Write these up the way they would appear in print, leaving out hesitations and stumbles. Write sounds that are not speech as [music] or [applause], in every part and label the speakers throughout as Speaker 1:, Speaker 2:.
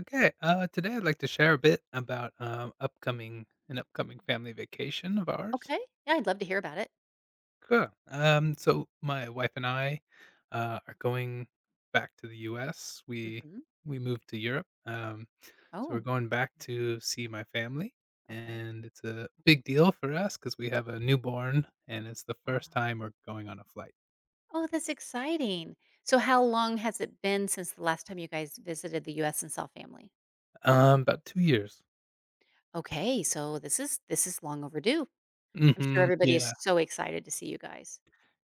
Speaker 1: Okay, today I'd like to share a bit about upcoming an upcoming family vacation of ours.
Speaker 2: Okay. Yeah, I'd love to hear about it.
Speaker 1: Cool. So my wife and I are going back to the U.S. We
Speaker 2: Mhm.
Speaker 1: we moved to Europe, so we're
Speaker 2: Oh,
Speaker 1: going back to see my family,
Speaker 2: okay.
Speaker 1: and it's a big deal for us because we have a newborn, and it's the
Speaker 2: Uh,
Speaker 1: first time we're going on a flight.
Speaker 2: Oh, that's exciting. So how long has it been since the last time you guys visited the US and saw family?
Speaker 1: About 2 years.
Speaker 2: Okay, so this is long overdue. I'm sure everybody is
Speaker 1: Yeah.
Speaker 2: so excited to see you guys.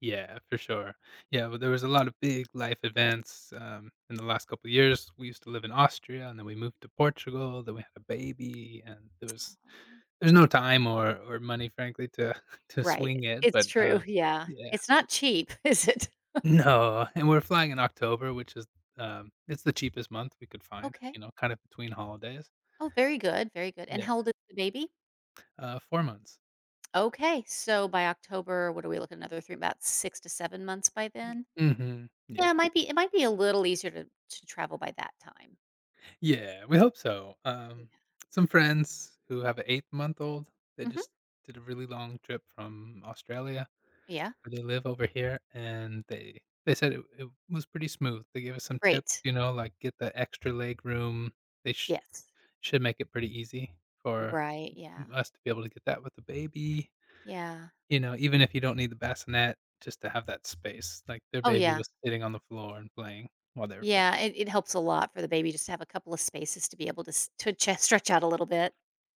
Speaker 1: Yeah, for sure. Yeah, well, there was a lot of big life events in the last couple of years. We used to live in Austria, and then we moved to Portugal. Then we had a baby, and there was
Speaker 2: Oh.
Speaker 1: there's no time or money, frankly, to [laughs] to
Speaker 2: Right.
Speaker 1: swing it.
Speaker 2: It's
Speaker 1: But
Speaker 2: true. Yeah.
Speaker 1: yeah,
Speaker 2: It's not cheap, [laughs] is it?
Speaker 1: [laughs] no. And we're flying in October, which is it's the cheapest month we could find.
Speaker 2: Okay.
Speaker 1: You know, kind of between holidays.
Speaker 2: Oh, very good. Very good. And
Speaker 1: Yeah,
Speaker 2: how old is the baby?
Speaker 1: 4 months.
Speaker 2: Okay. So by October, what are we looking, another 3, about 6 to 7 months by then?
Speaker 1: Yeah.
Speaker 2: Yeah, it might be a little easier to travel by that time.
Speaker 1: Yeah, we hope so.
Speaker 2: Yeah.
Speaker 1: Some friends who have an eight-month-old, they
Speaker 2: Mhm.
Speaker 1: just did a really long trip from Australia,
Speaker 2: Yeah.
Speaker 1: where they live over here, and they said it was pretty smooth. They gave us some tips,
Speaker 2: Great.
Speaker 1: you know, like get the extra leg room. They sh
Speaker 2: Yes.
Speaker 1: Should make it pretty easy for
Speaker 2: Right, yeah.
Speaker 1: us to be able to get that with the baby.
Speaker 2: Yeah.
Speaker 1: You know, even if you don't need the bassinet, just to have that space. Like, their
Speaker 2: Oh,
Speaker 1: baby
Speaker 2: yeah.
Speaker 1: was sitting on the floor and playing while they were flying.
Speaker 2: Yeah, it helps a lot for the baby just to have a couple of spaces to be able to s to cha stretch out a little bit.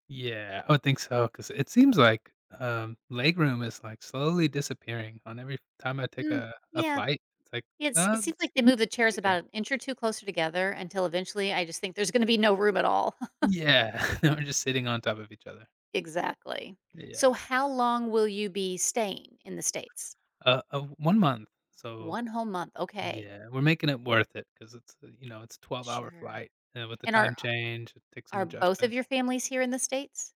Speaker 1: Yeah, I would think so because it seems like, legroom is, like, slowly disappearing on every time I take
Speaker 2: Mm,
Speaker 1: a
Speaker 2: yeah.
Speaker 1: flight. It's like,
Speaker 2: It seems
Speaker 1: It's
Speaker 2: like they move the chairs
Speaker 1: bigger."
Speaker 2: about an inch or 2 closer together until eventually I just think there's gonna be no room at all. [laughs]
Speaker 1: Yeah, [laughs] they are just sitting on top of each other.
Speaker 2: Exactly. So
Speaker 1: Yeah.
Speaker 2: how long will you be staying in the States?
Speaker 1: 1 month, so
Speaker 2: 1 whole month, okay.
Speaker 1: yeah, we're making it worth it because it's, you know, it's a 12-hour
Speaker 2: Sure.
Speaker 1: flight, and with the
Speaker 2: And are
Speaker 1: time change, it takes some
Speaker 2: Are both of
Speaker 1: adjustment.
Speaker 2: your families here in the States?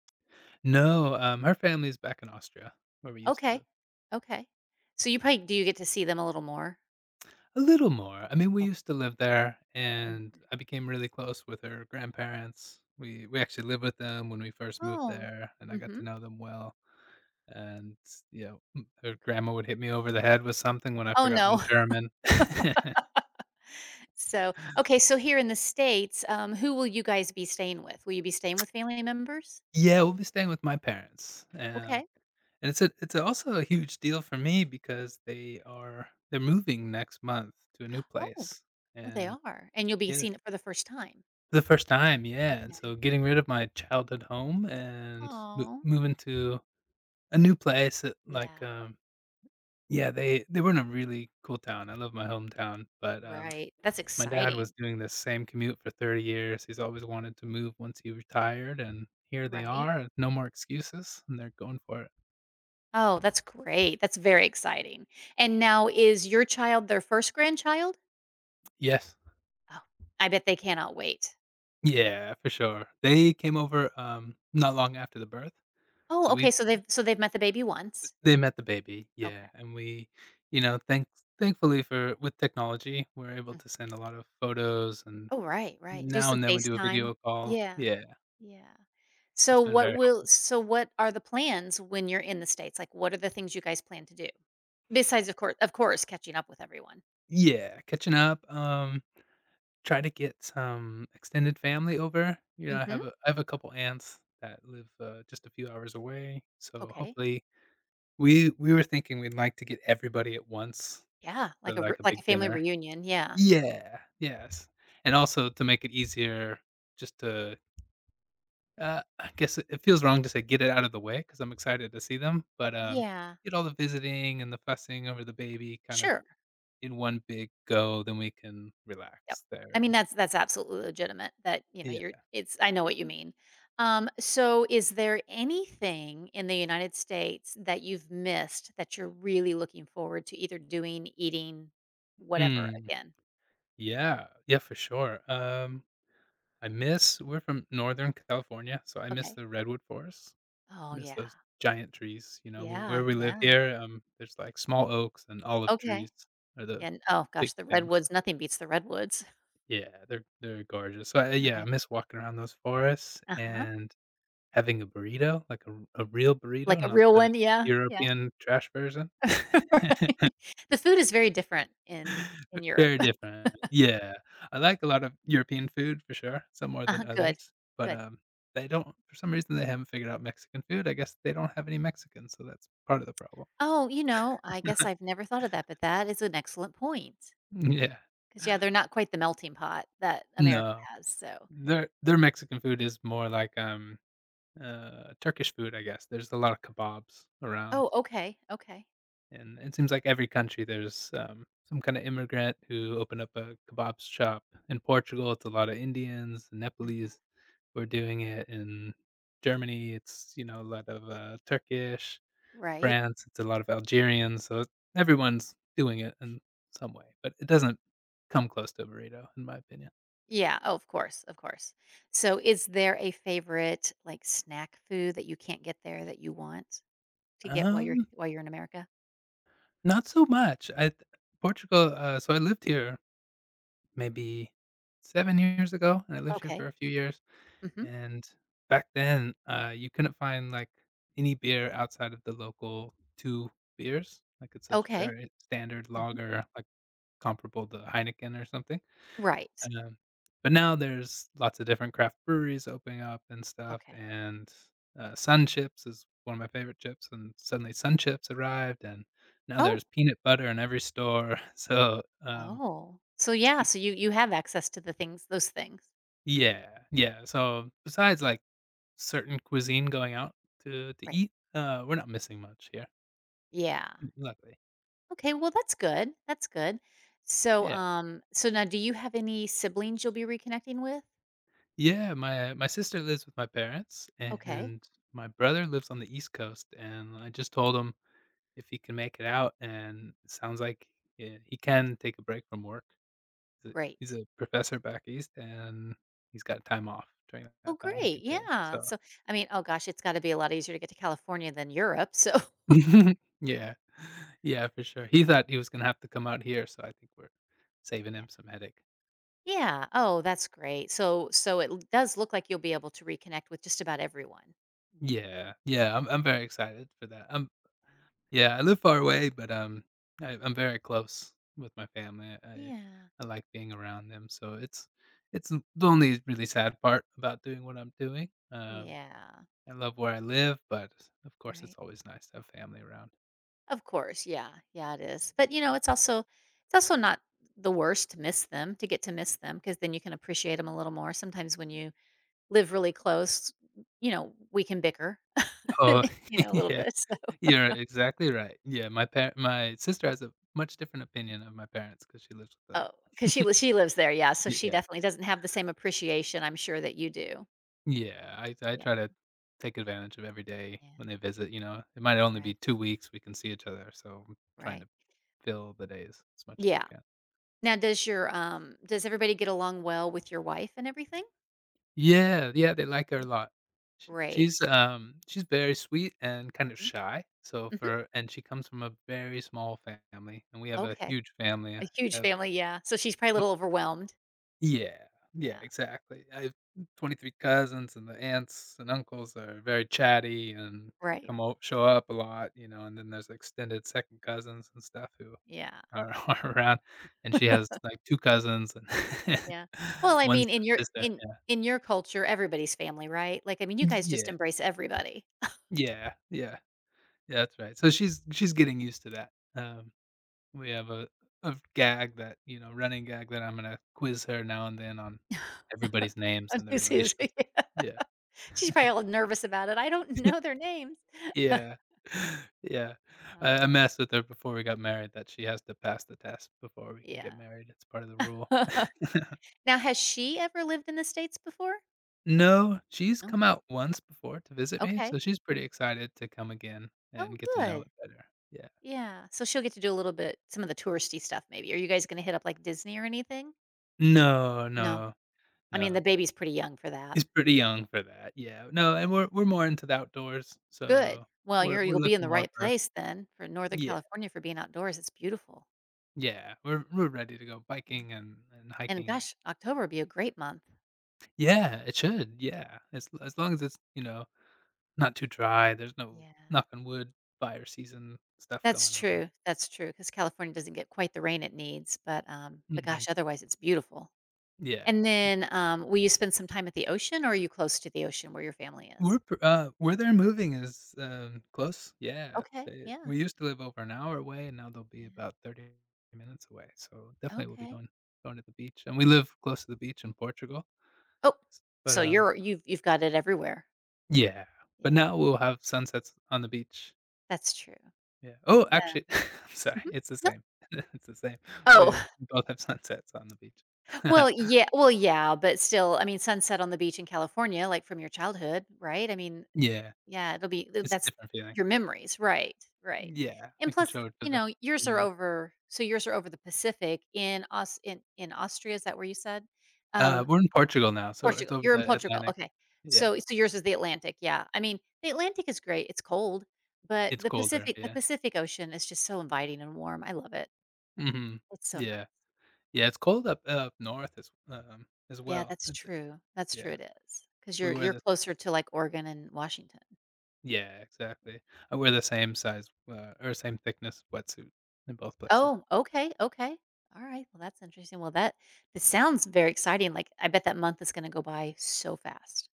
Speaker 1: No, her family's back in Austria, where we used to
Speaker 2: Okay,
Speaker 1: live.
Speaker 2: okay. So you probably do you get to see them a little more?
Speaker 1: A little more. I mean, we
Speaker 2: Oh,
Speaker 1: used to live there, and
Speaker 2: mhm.
Speaker 1: I became really close with her grandparents. We actually lived with them when we first moved
Speaker 2: Oh,
Speaker 1: there, and I got to
Speaker 2: mhm.
Speaker 1: know them well. And you know, her
Speaker 2: Okay.
Speaker 1: grandma would hit me over the head with something when I
Speaker 2: Oh,
Speaker 1: forgot my
Speaker 2: no. [laughs]
Speaker 1: German. [laughs]
Speaker 2: So, okay, so here in the States, who will you guys be staying with? Will you be staying with family members?
Speaker 1: Yeah, we'll be staying with my parents,
Speaker 2: Okay.
Speaker 1: and it's also a huge deal for me because they're moving next month to a new
Speaker 2: [gasps] Oh,
Speaker 1: place,
Speaker 2: well, they
Speaker 1: and
Speaker 2: are, and you'll be
Speaker 1: yeah,
Speaker 2: seeing it for the first time.
Speaker 1: the first time, yeah, and
Speaker 2: Okay.
Speaker 1: so getting rid of my childhood home and mo
Speaker 2: Oh.
Speaker 1: moving to a new place,
Speaker 2: Yeah.
Speaker 1: yeah, they were in a really cool town, I love my hometown, but,
Speaker 2: Right. That's
Speaker 1: my dad was
Speaker 2: exciting,
Speaker 1: doing the same commute for 30 years. He's always wanted to move once he retired, and here they
Speaker 2: right?
Speaker 1: are, no more excuses, and they're going for it.
Speaker 2: Oh, that's great. That's very exciting. And now is your child their first grandchild?
Speaker 1: Yes.
Speaker 2: Oh, I bet they cannot wait.
Speaker 1: Yeah, for sure. They came over, not long after the birth,
Speaker 2: Oh,
Speaker 1: so
Speaker 2: okay,
Speaker 1: we
Speaker 2: so they've met the baby once?
Speaker 1: they met the baby,
Speaker 2: Okay.
Speaker 1: yeah, and we you know, thanks thankfully for with technology, we're able
Speaker 2: Mm.
Speaker 1: to send a lot of photos, and
Speaker 2: Oh, right, right. Do
Speaker 1: now
Speaker 2: some
Speaker 1: and then we do a
Speaker 2: FaceTime.
Speaker 1: video call.
Speaker 2: Yeah.
Speaker 1: Yeah,
Speaker 2: Yeah.
Speaker 1: it's
Speaker 2: So
Speaker 1: been
Speaker 2: what
Speaker 1: very
Speaker 2: will
Speaker 1: helpful.
Speaker 2: so what are the plans when you're in the States? Like, what are the things you guys plan to do? Besides, of course, catching up with everyone.
Speaker 1: Yeah, catching up, try to get some extended family over. You know,
Speaker 2: Mhm.
Speaker 1: I have a couple aunts that live, just a few hours away, so
Speaker 2: Okay.
Speaker 1: hopefully we were thinking we'd like to get everybody at once
Speaker 2: Yeah,
Speaker 1: for,
Speaker 2: like a re
Speaker 1: like, a
Speaker 2: like a
Speaker 1: big
Speaker 2: family
Speaker 1: dinner.
Speaker 2: reunion, yeah.
Speaker 1: Yeah, yes, and also to make it easier just to I guess it it feels wrong to say get it out of the way because 'cause I'm excited to see them, but,
Speaker 2: Yeah.
Speaker 1: get all the visiting and the fussing over the baby kind of
Speaker 2: Sure.
Speaker 1: in one big go, then we can
Speaker 2: Yep.
Speaker 1: relax there
Speaker 2: I mean,
Speaker 1: and
Speaker 2: that's absolutely legitimate that, you know, you're
Speaker 1: yeah.
Speaker 2: it's I know what you mean. So is there anything in the United States that you've missed that you're really looking forward to either doing, eating, whatever
Speaker 1: Mm,
Speaker 2: again?
Speaker 1: yeah. Yeah, for sure. I miss We're from Northern California, so I miss
Speaker 2: Okay.
Speaker 1: the redwood forests.
Speaker 2: Oh,
Speaker 1: Miss
Speaker 2: yeah.
Speaker 1: those giant trees. You know,
Speaker 2: Yeah,
Speaker 1: where we live
Speaker 2: yeah.
Speaker 1: here, there's, like, small oaks and olive
Speaker 2: Okay.
Speaker 1: trees are the
Speaker 2: And oh
Speaker 1: big
Speaker 2: gosh, the
Speaker 1: things.
Speaker 2: redwoods, nothing beats the redwoods.
Speaker 1: Yeah, they're gorgeous. So, I yeah, I
Speaker 2: Right.
Speaker 1: miss walking around those forests
Speaker 2: Uh-huh.
Speaker 1: and having a burrito, like a real
Speaker 2: Like
Speaker 1: burrito,
Speaker 2: a
Speaker 1: not
Speaker 2: real
Speaker 1: the
Speaker 2: one, yeah, yeah.
Speaker 1: European trash version.
Speaker 2: [laughs] Right.
Speaker 1: [laughs]
Speaker 2: The food is very different in Europe.
Speaker 1: Very
Speaker 2: [laughs]
Speaker 1: different. Yeah. I like a lot of European food for sure, some more
Speaker 2: Uh-huh,
Speaker 1: than
Speaker 2: good.
Speaker 1: others, but,
Speaker 2: Good.
Speaker 1: they don't for some reason, they haven't figured out Mexican food. I guess they don't have any Mexicans, so that's part of the problem.
Speaker 2: Oh, I guess I've never thought of that, but that is an excellent point.
Speaker 1: [laughs] Yeah.
Speaker 2: Because yeah, they're not quite the melting pot that America
Speaker 1: No.
Speaker 2: has. So,
Speaker 1: Their Mexican food is more like, Turkish food, I guess. There's a lot of kebabs around,
Speaker 2: oh, okay, okay,
Speaker 1: and it seems like every country there's some kind of immigrant who opened up a kebab shop. In Portugal, it's a lot of Indians,
Speaker 2: hmm,
Speaker 1: Nepalese who are doing it. In Germany, it's you know a lot of Turkish.
Speaker 2: right,
Speaker 1: France, it's a lot of Algerians. So everyone's doing it in some way, but it doesn't come close to a burrito, in my opinion.
Speaker 2: yeah. Oh, of course, of course. So, is there a favorite like snack food that you can't get there that you want to get while you're
Speaker 1: Um,
Speaker 2: while you're in America?
Speaker 1: not so much. I Portugal. So I lived here maybe 7 years ago, and I lived here
Speaker 2: Okay,
Speaker 1: for a few years,
Speaker 2: hmm,
Speaker 1: and back then, you couldn't find, like, any beer outside of the local 2 beers, like, it's such
Speaker 2: okay,
Speaker 1: very standard
Speaker 2: hmm,
Speaker 1: lager, like, comparable to Heineken or something,
Speaker 2: right,
Speaker 1: um but now there's lots of different craft breweries opening up and stuff,
Speaker 2: okay.
Speaker 1: and, Sun Chips is one of my favorite chips, and suddenly Sun Chips arrived, and now
Speaker 2: Oh,
Speaker 1: there's peanut butter in every store, [laughs] so,
Speaker 2: oh. So yeah,
Speaker 1: it's
Speaker 2: so you have access to the things, those things,
Speaker 1: yeah, yeah. So besides like certain cuisine going out to
Speaker 2: right?
Speaker 1: eat, we're not missing much here,
Speaker 2: Yeah.
Speaker 1: luckily.
Speaker 2: Okay, well, that's good, that's good. So,
Speaker 1: Yeah,
Speaker 2: so now do you have any siblings you'll be reconnecting with?
Speaker 1: yeah. My sister lives with my parents,
Speaker 2: Okay,
Speaker 1: and my brother lives on the East Coast. And I just told him if he can make it out, and it sounds like yeah, he can take a break from work. He's a, he's
Speaker 2: great.
Speaker 1: a professor back east, and he's got time off during
Speaker 2: Oh,
Speaker 1: that time he
Speaker 2: great,
Speaker 1: could take.
Speaker 2: yeah.
Speaker 1: So
Speaker 2: So, I mean, oh gosh, it's gotta be a lot easier to get to California than Europe, so
Speaker 1: [laughs] yeah. Yeah, for sure. He thought he was gonna have to come out here, so I think we're saving
Speaker 2: [laughs] yeah.
Speaker 1: him some headache.
Speaker 2: Yeah, oh, that's great. So it l does look like you'll be able to reconnect with just about everyone.
Speaker 1: Yeah, yeah, I'm very excited for that.
Speaker 2: Yeah.
Speaker 1: Yeah, I live far away, but, I'm very close with my family.
Speaker 2: Yeah,
Speaker 1: I like being around them, so it's the only really sad part about doing what I'm doing.
Speaker 2: yeah,
Speaker 1: I love where I live, but, of course, it's
Speaker 2: right.
Speaker 1: always nice to have family around.
Speaker 2: Of course, yeah. Yeah, it is. But, it's also not the worst to miss them, to get to miss them, because then you can appreciate them a little more. Sometimes when you live really close, we can bicker, [laughs]
Speaker 1: Oh,
Speaker 2: and, you
Speaker 1: [laughs]
Speaker 2: know, a little
Speaker 1: yeah.
Speaker 2: bit, so
Speaker 1: You're exactly right. Yeah, my sister has a much different opinion of my parents because she lives with them.
Speaker 2: oh, because she
Speaker 1: [laughs]
Speaker 2: li she lives there, yeah, so she
Speaker 1: Yeah.
Speaker 2: definitely doesn't have the same appreciation, I'm sure, that you do.
Speaker 1: Yeah, I try
Speaker 2: Yeah,
Speaker 1: to take advantage of every day
Speaker 2: yeah,
Speaker 1: when they visit, you know? It might only
Speaker 2: right,
Speaker 1: be 2 weeks we can see each other, so I'm trying
Speaker 2: right.
Speaker 1: to fill the days as much as I
Speaker 2: Yeah.
Speaker 1: can.
Speaker 2: Now does everybody get along well with your wife and everything?
Speaker 1: Yeah, yeah, they like her a lot. Sh She's,
Speaker 2: Great.
Speaker 1: she's very sweet and kind of
Speaker 2: Mhm,
Speaker 1: shy, so
Speaker 2: mhm,
Speaker 1: for and she comes from a very small family, and we have a
Speaker 2: okay.
Speaker 1: huge family, I
Speaker 2: A huge
Speaker 1: have
Speaker 2: family, yeah, so she's probably a little overwhelmed.
Speaker 1: yeah, yeah,
Speaker 2: Yeah.
Speaker 1: exactly. I have 23 cousins, and the aunts and uncles are very chatty and
Speaker 2: Right.
Speaker 1: come o show up a lot, you know, and then there's extended second cousins and stuff who
Speaker 2: Yeah.
Speaker 1: are [laughs] are around, and she has,
Speaker 2: [laughs]
Speaker 1: like, 2 cousins and
Speaker 2: Yeah.
Speaker 1: [laughs]
Speaker 2: Well, I
Speaker 1: 1
Speaker 2: mean,
Speaker 1: sister.
Speaker 2: in your culture, everybody's family, right? Like, I mean, you guys just
Speaker 1: Yeah,
Speaker 2: embrace everybody.
Speaker 1: yeah, yeah, yeah, that's right. So she's getting used to that. We have a gag that, you know, running gag that I'm gonna quiz her now and then on
Speaker 2: [laughs]
Speaker 1: everybody's names
Speaker 2: And
Speaker 1: and their
Speaker 2: this is-
Speaker 1: relations.
Speaker 2: [laughs]
Speaker 1: Yeah.
Speaker 2: She's probably all nervous about it. I don't know
Speaker 1: [laughs]
Speaker 2: their names.
Speaker 1: Yeah.
Speaker 2: [laughs]
Speaker 1: [laughs] Yeah. I
Speaker 2: Oh,
Speaker 1: messed with her before we got married that she has to pass the test before we can
Speaker 2: yeah.
Speaker 1: get married. It's part of the rule.
Speaker 2: [laughs]
Speaker 1: [laughs]
Speaker 2: Now, has she ever lived in the States before?
Speaker 1: No, she's come
Speaker 2: Okay.
Speaker 1: out once before to visit me,
Speaker 2: Okay.
Speaker 1: so she's pretty excited to come again
Speaker 2: Oh,
Speaker 1: and get to know
Speaker 2: good.
Speaker 1: it better. Yeah.
Speaker 2: Yeah. So she'll get to do a little bit, some of the touristy stuff maybe. Are you guys gonna hit up like Disney or anything?
Speaker 1: No,
Speaker 2: No.
Speaker 1: no,
Speaker 2: I mean, the
Speaker 1: no.
Speaker 2: baby's pretty young for that.
Speaker 1: He's pretty young for that, yeah. No, and we're more into the outdoors,
Speaker 2: Good.
Speaker 1: so
Speaker 2: Well, you're
Speaker 1: we're
Speaker 2: you'll be in
Speaker 1: looking
Speaker 2: the
Speaker 1: more
Speaker 2: right
Speaker 1: for
Speaker 2: place then for Northern
Speaker 1: yeah,
Speaker 2: California for being outdoors. It's beautiful.
Speaker 1: yeah. We're ready to go
Speaker 2: Yeah,
Speaker 1: biking and
Speaker 2: and
Speaker 1: hiking.
Speaker 2: gosh, October would be a great month.
Speaker 1: Yeah, it should, yeah. As long as it's, you know, not too dry, there's no
Speaker 2: Yeah.
Speaker 1: knocking wood, fire season stuff going
Speaker 2: That's
Speaker 1: on.
Speaker 2: true, that's true. Because California doesn't get quite the rain it needs, but
Speaker 1: Mhm.
Speaker 2: gosh, otherwise it's beautiful.
Speaker 1: Yeah.
Speaker 2: And then, will you spend some time at the ocean, or are you close to the ocean where your family is?
Speaker 1: We're pr Where they're moving is, close. Yeah,
Speaker 2: Okay,
Speaker 1: they
Speaker 2: yeah,
Speaker 1: we used to live over an hour away, and now they'll be
Speaker 2: yeah,
Speaker 1: about 30 minutes away, so definitely we'll be
Speaker 2: okay.
Speaker 1: going to the beach, and we live close to the beach in Portugal,
Speaker 2: Oh,
Speaker 1: s but,
Speaker 2: so you've got it everywhere.
Speaker 1: yeah, but
Speaker 2: Yeah,
Speaker 1: now we'll have sunsets on the beach.
Speaker 2: that's true.
Speaker 1: Yeah. Oh,
Speaker 2: That
Speaker 1: actually, [laughs]
Speaker 2: is pretty.
Speaker 1: I'm sorry,
Speaker 2: Mhm.
Speaker 1: it's the
Speaker 2: No.
Speaker 1: same. [laughs] It's the same.
Speaker 2: Oh.
Speaker 1: We both have sunsets on the beach.
Speaker 2: Well,
Speaker 1: [laughs]
Speaker 2: yeah, well, yeah, but still, I mean, sunset on the beach in California, like, from your childhood, right? I mean,
Speaker 1: Yeah,
Speaker 2: yeah, it'll be
Speaker 1: it's a
Speaker 2: that's
Speaker 1: different feeling.
Speaker 2: your memories, right, right.
Speaker 1: Yeah,
Speaker 2: And
Speaker 1: I can
Speaker 2: plus,
Speaker 1: show it to
Speaker 2: you
Speaker 1: the
Speaker 2: know,
Speaker 1: familiar.
Speaker 2: yours are over the Pacific in Austria, is that where you said? Um,
Speaker 1: We're in Portugal now, so it's
Speaker 2: Portugal.
Speaker 1: over
Speaker 2: You're in
Speaker 1: the
Speaker 2: Portugal,
Speaker 1: Atlantic.
Speaker 2: okay.
Speaker 1: Yeah,
Speaker 2: So yours is the Atlantic, yeah. I mean, the Atlantic is great, it's cold, but
Speaker 1: it's
Speaker 2: the
Speaker 1: colder,
Speaker 2: Pacific the
Speaker 1: yeah.
Speaker 2: Pacific Ocean is just so inviting and warm, I love it.
Speaker 1: Mhm.
Speaker 2: It's so
Speaker 1: Yeah.
Speaker 2: nice.
Speaker 1: Yeah, it's cold up north as
Speaker 2: Yeah,
Speaker 1: well.
Speaker 2: that's
Speaker 1: It's
Speaker 2: true. That's true.
Speaker 1: Yeah,
Speaker 2: It is, 'cause
Speaker 1: we
Speaker 2: you're
Speaker 1: wear
Speaker 2: you're
Speaker 1: the
Speaker 2: closer to, like, Oregon and Washington.
Speaker 1: yeah, exactly. I wear the same size, or same thickness wetsuit in both places.
Speaker 2: Oh, okay, okay. Alright, well, that's interesting. Well, that this sounds very exciting, like, I bet that month is gonna go by so fast.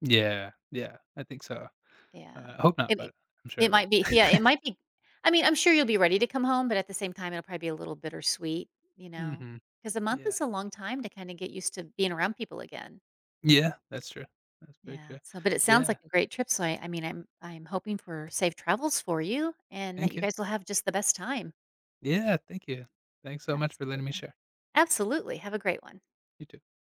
Speaker 1: Yeah, yeah, I think so.
Speaker 2: Yeah.
Speaker 1: I hope not,
Speaker 2: It it
Speaker 1: but I'm sure
Speaker 2: it
Speaker 1: it will.
Speaker 2: might be, yeah, it might be. I mean, I'm sure you'll be ready to come home, but at the same time, it'll probably be a little bittersweet, you know,
Speaker 1: Mhm.
Speaker 2: because a month
Speaker 1: Yeah.
Speaker 2: is a long time to kinda get used to being around people again.
Speaker 1: Yeah, that's true. That's very
Speaker 2: Yeah,
Speaker 1: true.
Speaker 2: so but it
Speaker 1: Yeah,
Speaker 2: sounds like a great trip, so I mean, I'm hoping for safe travels for you and that
Speaker 1: thank
Speaker 2: you
Speaker 1: you.
Speaker 2: guys will have just the best time.
Speaker 1: Yeah, thank you. Thanks so much for letting me
Speaker 2: Absolutely.
Speaker 1: share.
Speaker 2: Absolutely, have a great one.
Speaker 1: You too.